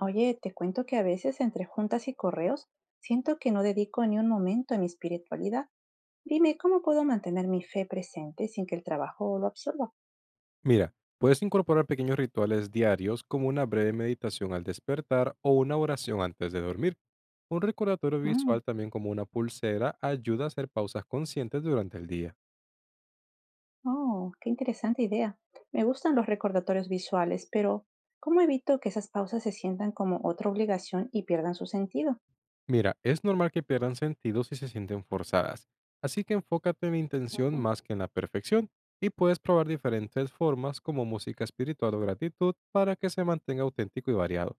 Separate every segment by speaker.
Speaker 1: Oye, te cuento que a veces entre juntas y correos siento que no dedico ni un momento a mi espiritualidad. Dime, ¿cómo puedo mantener mi fe presente sin que el trabajo lo absorba?
Speaker 2: Mira, puedes incorporar pequeños rituales diarios como una breve meditación al despertar o una oración antes de dormir. Un recordatorio
Speaker 1: Mm,
Speaker 2: visual también como una pulsera ayuda a hacer pausas conscientes durante el día.
Speaker 1: oh, qué interesante idea. Me gustan los recordatorios visuales, pero ¿cómo evito que esas pausas se sientan como otra obligación y pierdan su sentido?
Speaker 2: Mira, es normal que pierdan sentido si se sienten forzadas, así que enfócate en la intención
Speaker 1: Ujú.
Speaker 2: más que en la perfección y puedes probar diferentes formas como música espiritual o gratitud para que se mantenga auténtico y variado.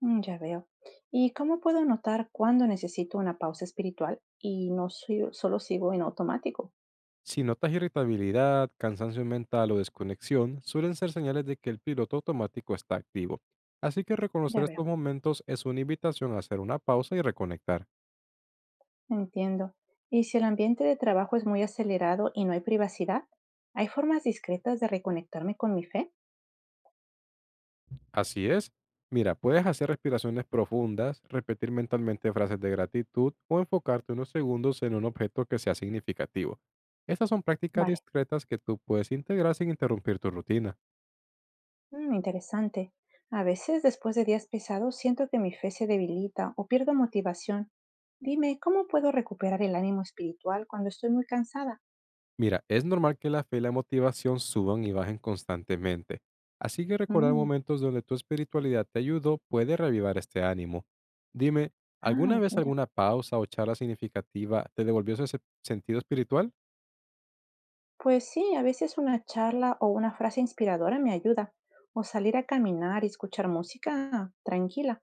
Speaker 1: Mm, ya veo. ¿Y cómo puedo notar cuándo necesito una pausa espiritual y no soy- solo sigo en automático?
Speaker 2: Si notas irritabilidad, cansancio mental o desconexión, suelen ser señales de que el piloto automático está activo. Así que reconocer
Speaker 1: Ya veo.
Speaker 2: estos momentos es una invitación a hacer una pausa y reconectar.
Speaker 1: Entiendo. ¿Y si el ambiente de trabajo es muy acelerado y no hay privacidad? ¿Hay formas discretas de reconectarme con mi fe?
Speaker 2: Así es. Mira, puedes hacer respiraciones profundas, repetir mentalmente frases de gratitud o enfocarte unos segundos en un objeto que sea significativo. Estas son prácticas
Speaker 1: Vale.
Speaker 2: discretas que tú puedes integrar sin interrumpir tu rutina.
Speaker 1: Interesante. A veces, después de días pesados, siento que mi fe se debilita o pierdo motivación. Dime, ¿cómo puedo recuperar el ánimo espiritual cuando estoy muy cansada?
Speaker 2: Mira, es normal que la fe y la motivación suban y bajen constantemente, así que recordar
Speaker 1: Mm.
Speaker 2: momentos donde tu espiritualidad te ayudó puede reavivar este ánimo. Dime,
Speaker 1: Ah,
Speaker 2: ¿alguna vez
Speaker 1: mira.
Speaker 2: alguna pausa o charla significativa te devolvió ese sentido espiritual?
Speaker 1: Pues sí, a veces una charla o una frase inspiradora me ayuda, o salir a caminar y escuchar música tranquila.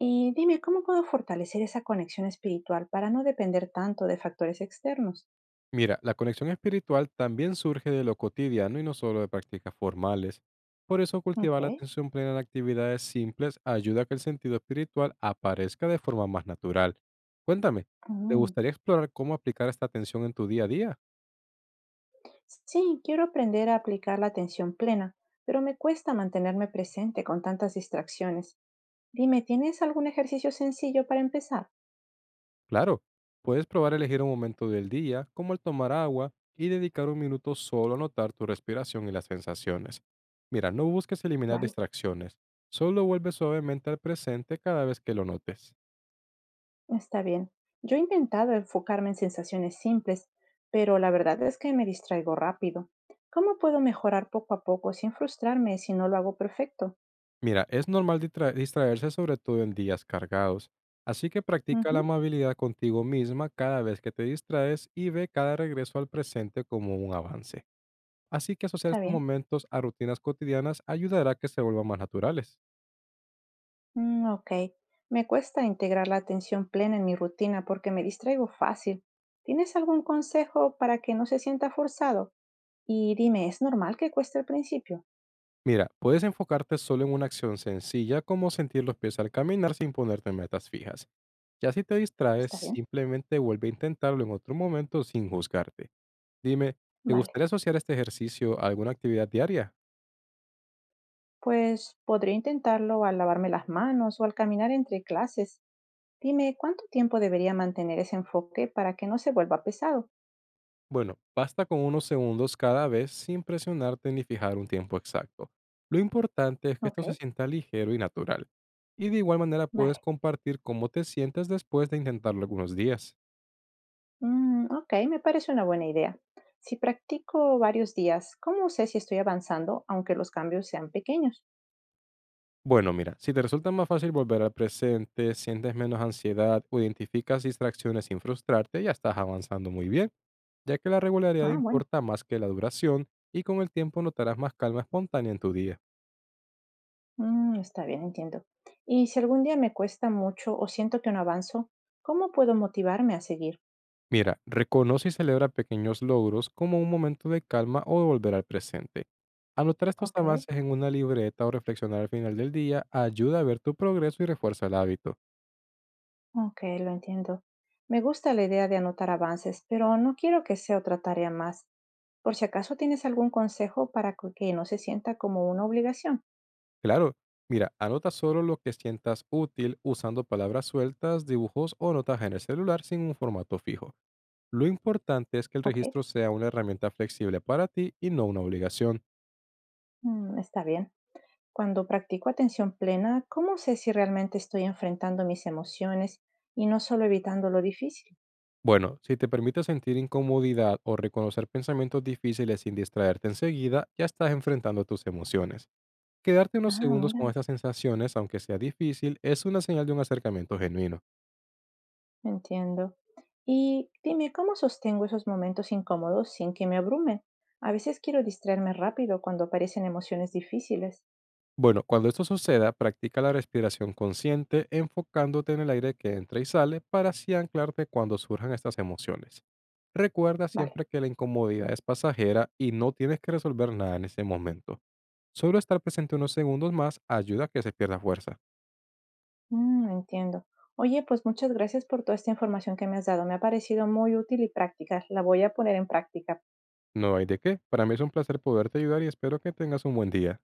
Speaker 1: Y dime, ¿cómo puedo fortalecer esa conexión espiritual para no depender tanto de factores externos?
Speaker 2: Mira, la conexión espiritual también surge de lo cotidiano y no solo de prácticas formales. Por eso
Speaker 1: Ok.
Speaker 2: cultivar la atención plena en actividades simples ayuda a que el sentido espiritual aparezca de forma más natural. Cuéntame, ¿te
Speaker 1: Mm.
Speaker 2: gustaría explorar cómo aplicar esta atención en tu día a día?
Speaker 1: Sí, quiero aprender a aplicar la atención plena, pero me cuesta mantenerme presente con tantas distracciones. Dime, ¿tienes algún ejercicio sencillo para empezar?
Speaker 2: Claro, puedes probar elegir un momento del día, como el tomar agua, y dedicar un minuto solo a notar tu respiración y las sensaciones. Mira, no busques eliminar
Speaker 1: Vale,
Speaker 2: distracciones, solo vuelve suavemente al presente cada vez que lo notes.
Speaker 1: está bien. Yo he intentado enfocarme en sensaciones simples, pero la verdad es que me distraigo rápido. ¿Cómo puedo mejorar poco a poco sin frustrarme si no lo hago perfecto?
Speaker 2: Mira, es normal distraerse sobre todo en días cargados, así que practica
Speaker 1: Ujú,
Speaker 2: la amabilidad contigo misma cada vez que te distraes y ve cada regreso al presente como un avance. Así que asociar
Speaker 1: está
Speaker 2: estos
Speaker 1: bien.
Speaker 2: momentos a rutinas cotidianas ayudará a que se vuelvan más naturales.
Speaker 1: Mm, ok. Me cuesta integrar la atención plena en mi rutina porque me distraigo fácil. ¿Tienes algún consejo para que no se sienta forzado? Y dime, ¿es normal que cueste al principio?
Speaker 2: Mira, puedes enfocarte solo en una acción sencilla como sentir los pies al caminar sin ponerte metas fijas. Ya si te
Speaker 1: ¿Está
Speaker 2: distraes,
Speaker 1: bien?
Speaker 2: simplemente vuelve a intentarlo en otro momento sin juzgarte. Dime, ¿te
Speaker 1: Vale.
Speaker 2: gustaría asociar este ejercicio a alguna actividad diaria?
Speaker 1: Pues podría intentarlo al lavarme las manos o al caminar entre clases. Dime, ¿cuánto tiempo debería mantener ese enfoque para que no se vuelva pesado?
Speaker 2: Bueno, basta con unos segundos cada vez sin presionarte ni fijar un tiempo exacto. Lo importante es que esto
Speaker 1: Ok,
Speaker 2: se sienta ligero y natural. Y de igual manera puedes
Speaker 1: vale.
Speaker 2: compartir cómo te sientes después de intentarlo algunos días.
Speaker 1: Mm, ok, me parece una buena idea. Si practico varios días, ¿cómo sé si estoy avanzando aunque los cambios sean pequeños?
Speaker 2: Bueno, mira, si te resulta más fácil volver al presente, sientes menos ansiedad o identificas distracciones sin frustrarte, ya estás avanzando muy bien, ya que la regularidad
Speaker 1: Ah, bueno.
Speaker 2: importa más que la duración y con el tiempo notarás más calma espontánea en tu día.
Speaker 1: Mm, está bien, entiendo. Y si algún día me cuesta mucho o siento que no avanzo, ¿cómo puedo motivarme a seguir?
Speaker 2: Mira, reconoce y celebra pequeños logros como un momento de calma o de volver al presente. Anotar estos
Speaker 1: Ok,
Speaker 2: avances en una libreta o reflexionar al final del día ayuda a ver tu progreso y refuerza el hábito.
Speaker 1: ok, lo entiendo. Me gusta la idea de anotar avances, pero no quiero que sea otra tarea más. Por si acaso tienes algún consejo para que no se sienta como una obligación.
Speaker 2: Claro, mira, anota solo lo que sientas útil usando palabras sueltas, dibujos o notas en el celular sin un formato fijo. Lo importante es que el
Speaker 1: Ok,
Speaker 2: registro sea una herramienta flexible para ti y no una obligación.
Speaker 1: mm, está bien. Cuando practico atención plena, ¿cómo sé si realmente estoy enfrentando mis emociones y no solo evitando lo difícil?
Speaker 2: Bueno, si te permite sentir incomodidad o reconocer pensamientos difíciles sin distraerte enseguida, ya estás enfrentando tus emociones. Quedarte unos
Speaker 1: Ah,
Speaker 2: segundos con
Speaker 1: mira.
Speaker 2: estas sensaciones, aunque sea difícil, es una señal de un acercamiento genuino.
Speaker 1: Entiendo. Y dime, ¿cómo sostengo esos momentos incómodos sin que me abrumen? A veces quiero distraerme rápido cuando aparecen emociones difíciles.
Speaker 2: Bueno, cuando esto suceda, practica la respiración consciente enfocándote en el aire que entra y sale para así anclarte cuando surjan estas emociones. Recuerda
Speaker 1: Vale.
Speaker 2: siempre que la incomodidad es pasajera y no tienes que resolver nada en ese momento. Solo estar presente unos segundos más ayuda a que se pierda fuerza.
Speaker 1: Mm, entiendo. Oye, pues muchas gracias por toda esta información que me has dado. Me ha parecido muy útil y práctica. La voy a poner en práctica.
Speaker 2: No hay de qué. Para mí es un placer poderte ayudar y espero que tengas un buen día.